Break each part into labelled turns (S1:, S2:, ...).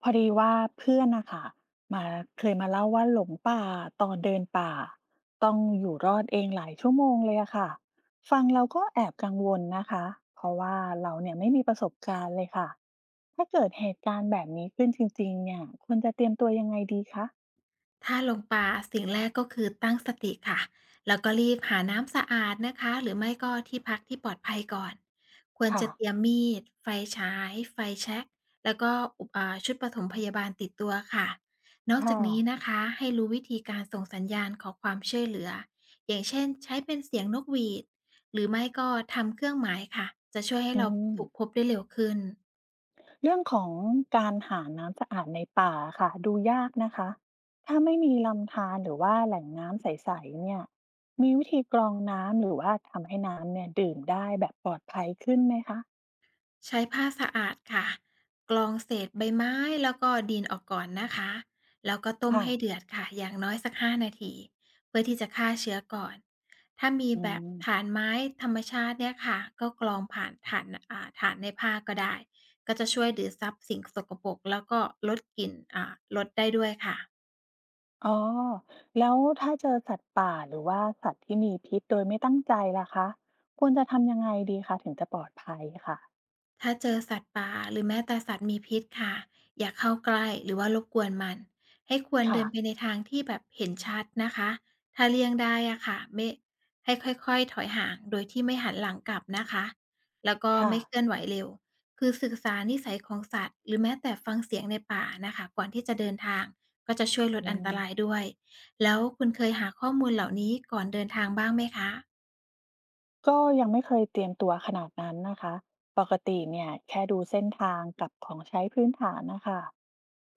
S1: พอดีว่าเพื่อนนะคะมาเคยมาเล่าว่าหลงป่าตอนเดินป่าต้องอยู่รอดเองหลายชั่วโมงเลยอะค่ะฟังเราก็แอบกังวลนะคะเพราะว่าเราเนี่ยไม่มีประสบการณ์เลยค่ะถ้าเกิดเหตุการณ์แบบนี้ขึ้นจริงๆเนี่ยควรจะเตรียมตัวยังไงดีคะ
S2: ถ้าลงปลาสิ่งแรกก็คือตั้งสติค่ะแล้วก็รีบหาน้ำสะอาดนะคะหรือไม่ก็ที่พักที่ปลอดภัยก่อนควร
S1: ค่ะ
S2: จะเตรียมมีดไฟฉายไฟแช็กแล้วก็อุปอ่าชุดปฐมพยาบาลติดตัวค่ะนอกจา
S1: ค่ะ
S2: กนี้นะคะให้รู้วิธีการส่งสัญญาณขอความช่วยเหลืออย่างเช่นใช้เป็นเสียงนกหวีดหรือไม่ก็ทำเครื่องหมายค่ะจะช่วยให้
S1: อื
S2: เรา
S1: ม
S2: ถูกพบได้เร็วขึ้น
S1: เรื่องของการหาน้ำสะอาดในป่าค่ะดูยากนะคะถ้าไม่มีลำธารหรือว่าแหล่งน้ำใสๆเนี่ยมีวิธีกรองน้ำหรือว่าทำให้น้ำเนี่ยดื่มได้แบบปลอดภัยขึ้นไหมคะ
S2: ใช้ผ้าสะอาดค่ะกรองเศษใบไม้แล้วก็ดินออกก่อนนะคะแล้วก็ต้ม
S1: ค่ะ
S2: ให้เดือดค่ะอย่างน้อยสัก5 นาทีเพื่อที่จะฆ่าเชื้อก่อนถ้ามี
S1: อื
S2: แบบ
S1: ม
S2: ฐานไม้ธรรมชาติเนี่ยค่ะก็กรองผ่านฐานฐานในผ้าก็ได้ก็จะช่วยดูดซับสิ่งสกปรกแล้วก็ลดกลิ่นลดได้ด้วยค่ะ
S1: อ๋อแล้วถ้าเจอสัตว์ป่าหรือว่าสัตว์ที่มีพิษโดยไม่ตั้งใจล่ะคะควรจะทำยังไงดีคะถึงจะปลอดภัยค่ะ
S2: ถ้าเจอสัตว์ป่าหรือแม้แต่สัตว์มีพิษค่ะอย่าเข้าใกล้หรือว่ารบกวนมันให้ควรเดิ
S1: ค่ะ
S2: นไปในทางที่แบบเห็นชัดนะคะถ้าเลี่ยงได้อะค่ะไม่ให้ค่อยๆถอยห่างโดยที่ไม่หันหลังกลับนะคะแล้วก็
S1: ค่ะ
S2: ไม่เคลื่อนไหวเร็วคือศึกษานิสัยของสัตว์หรือแม้แต่ฟังเสียงในป่านะคะก่อนที่จะเดินทางก็จะช่วยลด
S1: อื
S2: อันต
S1: ม
S2: รายด้วยแล้วคุณเคยหาข้อมูลเหล่านี้ก่อนเดินทางบ้างไหมคะ
S1: ก็ยังไม่เคยเตรียมตัวขนาดนั้นนะคะ ปกติเนี่ยแค่ดูเส้นทางกับของใช้พื้นฐานนะคะ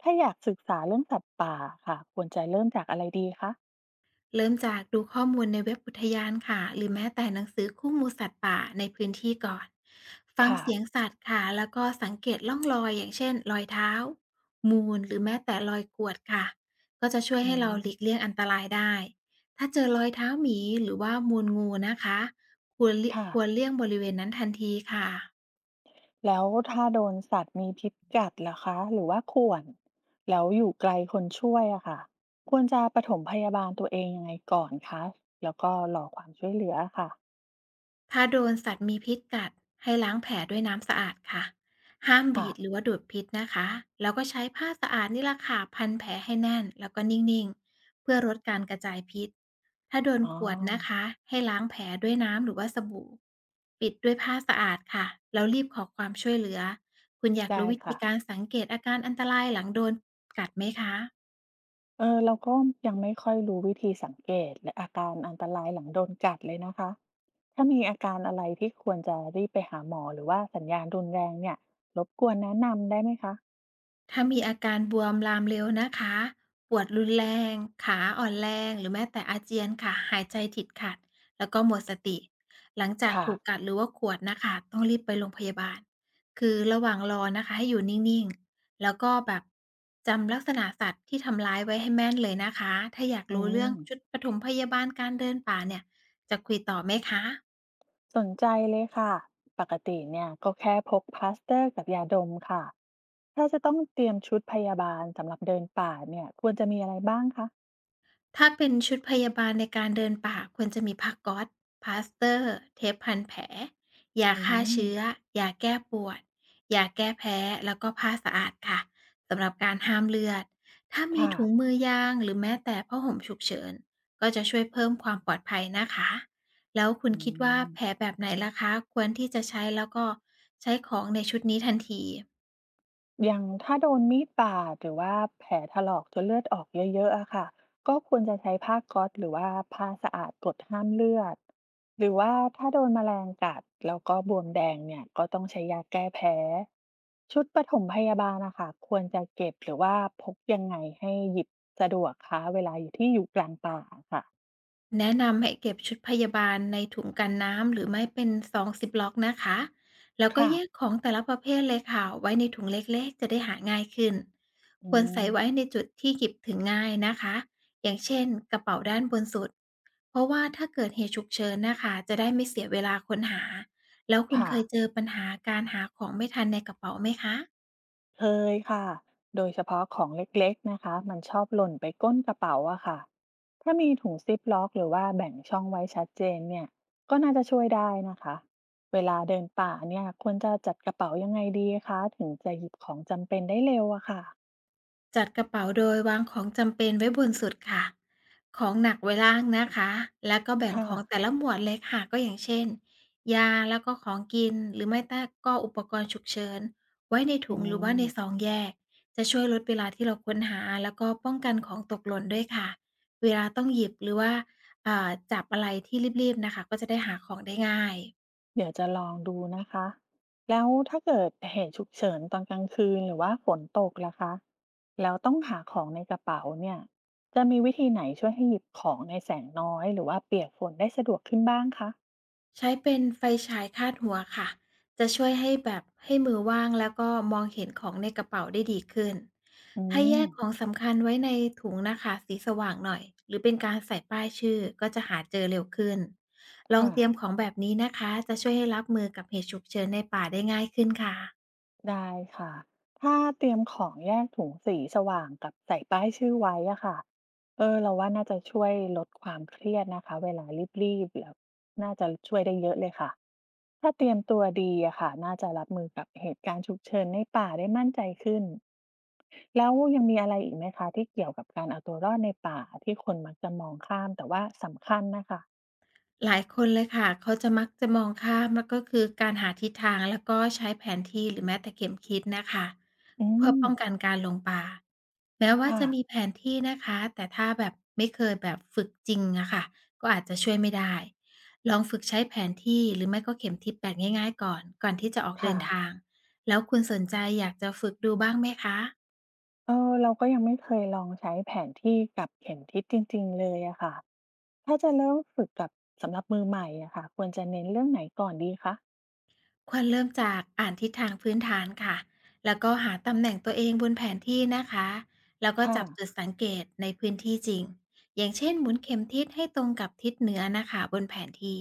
S1: ถ้าอยากศึกษาเรื่องสัตว์ป่าค่ะควรจะเริ่มจากอะไรดีคะ
S2: เริ่มจากดูข้อมูลในเว็บอุทยานค่ะหรือแม้แต่หนังสือคู่มือสัตว์ป่าในพื้นที่ก่อนฟัง
S1: ค่ะ
S2: เสียงสัตว์ค่ะแล้วก็สังเกตล่องรอยอย่างเช่นรอยเท้ามูลหรือแม้แต่รอยกรวดค่ะก็จะช่วย
S1: อื
S2: ให้เราหลีก
S1: ม
S2: เลี่ยงอันตรายได้ถ้าเจอรอยเท้าหมีหรือว่ามูลงูนะคะ
S1: ค่ะ
S2: ควรเลี่ยงบริเวณนั้นทันทีค่ะ
S1: แล้วถ้าโดนสัตว์มีพิษกัดล่ะคะหรือว่าข่วนแล้วอยู่ไกลคนช่วยอะค่ะควรจะปฐมพยาบาลตัวเองยังไงก่อนคะแล้วก็รอความช่วยเหลือค่ะ
S2: ถ้าโดนสัตว์มีพิษกัดให้ล้างแผลด้วยน้ำสะอาดค่ะห้ามบี
S1: ค่ะ
S2: ดหรือว่าดูดพิษนะคะแล้วก็ใช้ผ้าสะอาดนี่ละค่ะพันแผลให้แน่นแล้วก็นิ่งๆเพื่อลดการกระจายพิษถ้าโดน
S1: อ๋อ
S2: ขวดนะคะให้ล้างแผลด้วยน้ำหรือว่าสบู่ปิดด้วยผ้าสะอาดค่ะแล้วรีบขอความช่วยเหลือคุณอยาก
S1: ได้
S2: รู้วิธี
S1: ค่ะ
S2: การสังเกตอาการอันตรายหลังโดนกัดไหมคะ
S1: เออเราก็ยังไม่ค่อยรู้วิธีสังเกตและอาการอันตรายหลังโดนกัดเลยนะคะถ้ามีอาการอะไรที่ควรจะรีบไปหาหมอหรือว่าสัญญาณรุนแรงเนี่ยรบกวนแนะนำได้ไหมคะ
S2: ถ้ามีอาการบวมลามเร็วนะคะปวดรุนแรงขาอ่อนแรงหรือแม้แต่อาเจียนค่ะหายใจติดขัดแล้วก็หมดสติหลังจาก
S1: ค่ะ
S2: ถูกกัดหรือว่าข่วนนะคะต้องรีบไปโรงพยาบาลคือระหว่างรอนะคะให้อยู่นิ่งๆแล้วก็แบบจำลักษณะสัตว์ที่ทำร้ายไว้ให้แม่นเลยนะคะถ้าอยาก
S1: อื
S2: รู้เรื่อ
S1: ม
S2: งชุดปฐมพยาบาลการเดินป่าเนี่ยจะคุยต่อไหมคะ
S1: สนใจเลยค่ะปกติเนี่ยก็แค่พกพลาสเตอร์กับยาดมค่ะถ้าจะต้องเตรียมชุดพยาบาลสำหรับเดินป่าเนี่ยควรจะมีอะไรบ้างคะ
S2: ถ้าเป็นชุดพยาบาลในการเดินป่าควรจะมีผ้าก๊อซพลาสเตอร์เทปพันแผลยา
S1: อื
S2: ฆ่าเชื้อ
S1: ม
S2: ยาแก้ปวดยาแก้แพ้แล้วก็ผ้าสะอาดค่ะสำหรับการห้ามเลือดถ้ามี
S1: ค่ะ
S2: ถุงมือยางหรือแม้แต่ผ้าห่มฉุกเฉินก็จะช่วยเพิ่มความปลอดภัยนะคะแล้วคุณ
S1: อื
S2: คิดว่า
S1: ม
S2: แผลแบบไหนล่ะคะควรที่จะใช้แล้วก็ใช้ของในชุดนี้ทันที
S1: อย่างถ้าโดนมีดบาดหรือว่าแผลถลอกจนเลือดออกเยอะๆอะค่ะก็ควรจะใช้ผ้าก๊อซหรือว่าผ้าสะอาดกดห้ามเลือดหรือว่าถ้าโดนแมลงกัดแล้วก็บวมแดงเนี่ยก็ต้องใช้ยาแก้แพ้ชุดปฐมพยาบาลนะคะควรจะเก็บหรือว่าพกยังไงให้หยิบสะดวกคะเวลาอยู่ที่อยู่กลางป่าค่ะ
S2: แนะนำให้เก็บชุดพยาบาลในถุงกันน้ำหรือไม่เป็นซองซิปล็อกนะคะแล้วก็
S1: ค่ะ
S2: แยกของแต่ละประเภทเลยค่ะไว้ในถุงเล็กๆจะได้หาง่ายขึ้นค
S1: อื
S2: วร
S1: ม
S2: ใส่ไว้ในจุดที่หยิบถึงง่ายนะคะอย่างเช่นกระสุดเพราะว่าถ้าเกิดเหตุฉุกเฉินนะคะจะได้ไม่เสียเวลาค้นหาแล้วคุณ
S1: ค่ะ
S2: เคยเจอปัญหาการหาของไม่ทันในกระเป๋าไหมคะ
S1: เคยค่ะ โดยเฉพาะของเล็กๆนะคะ มันชอบหล่นไปก้นกระเป๋าอะค่ะ ถ้ามีถุงซิปล็อกหรือว่าแบ่งช่องไว้ชัดเจนเนี่ย ก็น่าจะช่วยได้นะคะ เวลาเดินป่าเนี่ยควรจะจัดกระเป๋ายังไงดีคะถึงจะหยิบของจำเป็นได้เร็วอะค่ะ
S2: จัดกระเป๋าโดยวางของจำเป็นไว้บนสุดค่ะ ของหนักไว้ล่างนะคะแล้วก็แบ่ง
S1: ค่ะ
S2: ของแต่ละหมวดเลยค่ะ ก็อย่างเช่นยาแล้วก็ของกินหรือไม่แต่ก็อุปกรณ์ฉุกเฉินไว้ในถุ
S1: อื
S2: งหรือว่าในซอ
S1: ม
S2: งแยก จะช่วยลดเวลาที่เราค้นหาแล้วก็ป้องกันของตกหล่นด้วยค่ะ เวลาต้องหยิบหรือว่าจับอะไรที่รีบๆน่ะค่ะก็จะได้หาของได้ง่าย
S1: เดี๋ยวจะลองดูนะคะแล้วถ้าเกิดเหตุฉุกเฉินตอนกลางคืนหรือว่าฝนตกล่ะคะแล้วต้องหาของในกระเป๋าเนี่ยจะมีวิธีไหนช่วยให้หยิบของในแสงน้อยหรือว่าเปียกฝนได้สะดวกขึ้นบ้างคะ
S2: ใช้เป็นไฟฉายคาดหัวค่ะ จะช่วยให้แบบให้มือว่างแล้วก็มองเห็นของในกระเป๋าได้ดีขึ้น
S1: อื
S2: ถ้าแย
S1: ม
S2: กของสำคัญไว้ในถุงนะคะสีสว่างหน่อยหรือเป็นการใส่ป้ายชื่อก็จะหาเจอเร็วขึ้น ลอง
S1: ค่ะ
S2: เตรียมของแบบนี้นะคะจะช่วยให้รับมือกับเหตุฉุกเฉินในป่าได้ง่ายขึ้นค่ะ
S1: ได้ค่ะถ้าเตรียมของแยกถุงสีสว่างกับใส่ป้ายชื่อไว้อะค่ะเออเราว่าน่าจะช่วยลดความเครียดนะคะเวลารีบๆแล้วน่าจะช่วยได้เยอะเลยค่ะ ถ้าเตรียมตัวดีอะค่ะน่าจะรับมือกับเหตุการณ์ฉุกเฉินในป่าได้มั่นใจขึ้นแล้วยังมีอะไรอีกไหมคะที่เกี่ยวกับการเอาตัวรอดในป่าที่คนมักจะมองข้ามแต่ว่าสำคัญนะคะ
S2: หลายคนเลยค่ะเขาจะมักจะมองข้ามแล้วก็คือการหาทิศทางแล้วก็ใช้แผนที่หรือแม้แต่เข็มทิศนะคะ
S1: อื
S2: เพื่อ
S1: ม
S2: ป้องกันการหลงป่าแม้ว่า
S1: ค่ะ
S2: จะมีแผนที่นะคะแต่ถ้าแบบไม่เคยแบบฝึกจริงอะค่ะก็อาจจะช่วยไม่ได้ลองฝึกใช้แผนที่หรือไม่ก็เข็มทิศแบบง่ายๆก่อนที่จะออกเดิ
S1: ค่ะ
S2: นทางแล้วคุณสนใจอยากจะฝึกดูบ้างไหมคะ
S1: เออเราก็ยังไม่เคยลองใช้แผนที่กับเข็มทิศจริงๆเลยอะค่ะถ้าจะเริ่มฝึกกับสำหรับมือใหม่อะค่ะควรจะเน้นเรื่องไหนก่อนดีคะ
S2: ควรเริ่มจากอ่านทิศทางพื้นฐานค่ะแล้วก็หาตำแหน่งตัวเองบนแผนที่นะคะแล้วก็
S1: ค่ะ
S2: จับจุดสังเกตในพื้นที่จริง อย่างเช่นหมุนเข็มทิศให้ตรงกับทิศเหนือนะคะบนแผนที่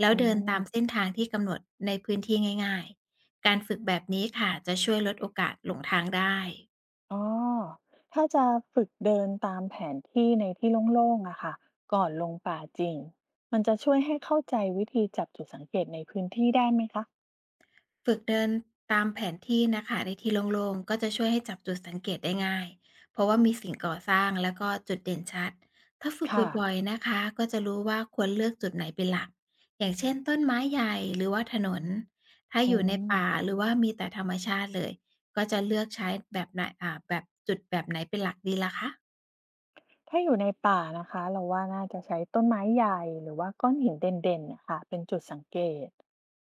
S2: แล้ว
S1: อื
S2: เดินตามเส้
S1: ม
S2: นทางที่กำหนดในพื้นที่ง่ายๆการฝึกแบบนี้ค่ะจะช่วยลดโอกาสหลงทางได้
S1: อ๋อถ้าจะฝึกเดินตามแผนที่ในที่โล่งๆอะค่ะก่อนลงป่าจริงมันจะช่วยให้เข้าใจวิธีจับจุดสังเกตในพื้นที่ได้ไหมคะ
S2: ฝึกเดินตามแผนที่นะคะในที่โล่งๆก็จะช่วยให้จับจุดสังเกตได้ง่ายเพราะว่ามีสิ่งก่อสร้างแล้วก็จุดเด่นชัดถ้าฝึก
S1: ค่ะ
S2: บ่อยๆนะคะก็จะรู้ว่าควรเลือกจุดไหนเป็นหลักอย่างเช่นต้นไม้ใหญ่หรือว่าถนนถ้า
S1: อื
S2: อยู่ใน
S1: ม
S2: ป่าหรือว่ามีแต่ธรรมชาติเลยก็จะเลือกใช้แบบไหนแบบจุดแบบไหนเป็นหลักดีล่ะคะ
S1: ถ้าอยู่ในป่านะคะเราว่าน่าจะใช้ต้นไม้ใหญ่หรือว่าก้อนหินเด่นๆนะคะเป็นจุดสังเกต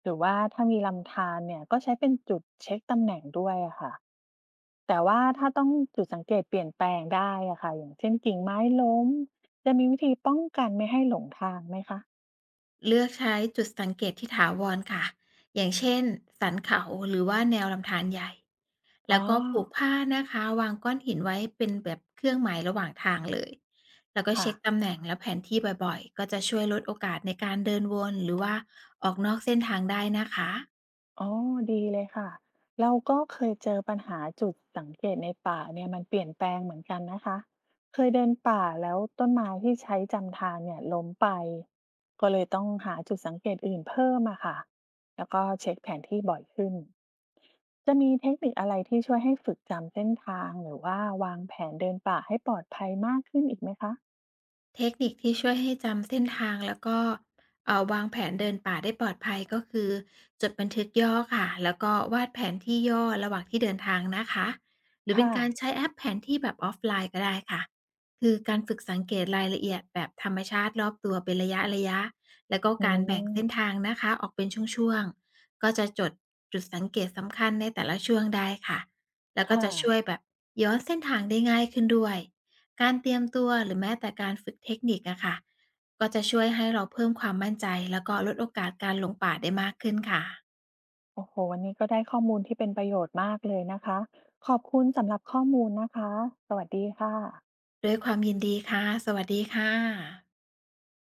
S1: หรือว่าถ้ามีลำธารเนี่ยก็ใช้เป็นจุดเช็คตำแหน่งด้วยอะค่ะแต่ว่าถ้าต้องจุดสังเกตเปลี่ยนแปลงได้อะค่ะอย่างเช่นกิ่งไม้ล้ม จะมีวิธีป้องกันไม่ให้หลงทางไหมคะ
S2: เลือกใช้จุดสังเกตที่ถาวรค่ะอย่างเช่นสันเขาหรือว่าแนวลำธารใหญ่
S1: อ๋
S2: แล้
S1: อ
S2: วก็ผูกผ้านะคะวางก้อนหินไว้เป็นแบบเครื่องหมายระหว่างทางเลยแล้วก็
S1: ค่ะ
S2: เช็คตำแหน่งและแผนที่บ่อยๆก็จะช่วยลดโอกาสในการเดินวนหรือว่าออกนอกเส้นทางได้นะคะ
S1: อ๋อ ดีเลยค่ะ เราก็เคยเจอปัญหาจุดสังเกตในป่าเนี่ยมันเปลี่ยนแปลงเหมือนกันนะคะเคยเดินป่าแล้วต้นไม้ที่ใช้จำทางเนี่ยล้มไป ก็เลยต้องหาจุดสังเกตอื่นเพิ่มอะค่ะแล้วก็เช็คแผนที่บ่อยขึ้น จะมีเทคนิคอะไรที่ช่วยให้ฝึกจำเส้นทางหรือว่าวางแผนเดินป่าให้ปลอดภัยมากขึ้นอีกไหมคะ
S2: เทคนิคที่ช่วยให้จำเส้นทางแล้วก็วางแผนเดินป่าได้ปลอดภัยก็คือจดบันทึกย่อค่ะแล้วก็วาดแผนที่ย่อระหว่างที่เดินทางนะคะหรือเป็น
S1: ค่ะ
S2: การใช้แอปแผนที่แบบออฟไลน์ก็ได้ค่ะคือการฝึกสังเกตรายละเอียดแบบธรรมชาติรอบตัวเป็นระยะระยะแล้วก็
S1: อื
S2: การแบ่งเส้น
S1: ม
S2: ทางนะคะออกเป็นช่วงๆก็จะจดจุดสังเกตสำคัญในแต่ละช่วงได้ค่ะแล้วก็
S1: ค่ะ
S2: จะช่วยแบบย้อนเส้นทางได้ง่ายขึ้นด้วย การเตรียมตัวหรือแม้แต่การฝึกเทคนิคอะค่ะก็จะช่วยให้เราเพิ่มความมั่นใจแล้วก็ลดโอกาสการหลงป่าได้มากขึ้นค่ะ
S1: โอ้โหวันนี้ก็ได้ข้อมูลที่เป็นประโยชน์มากเลยนะคะขอบคุณสำหรับข้อมูลนะคะสวัสดีค่ะ
S2: ด้วยความยินดีค่ะสวัสดีค่ะ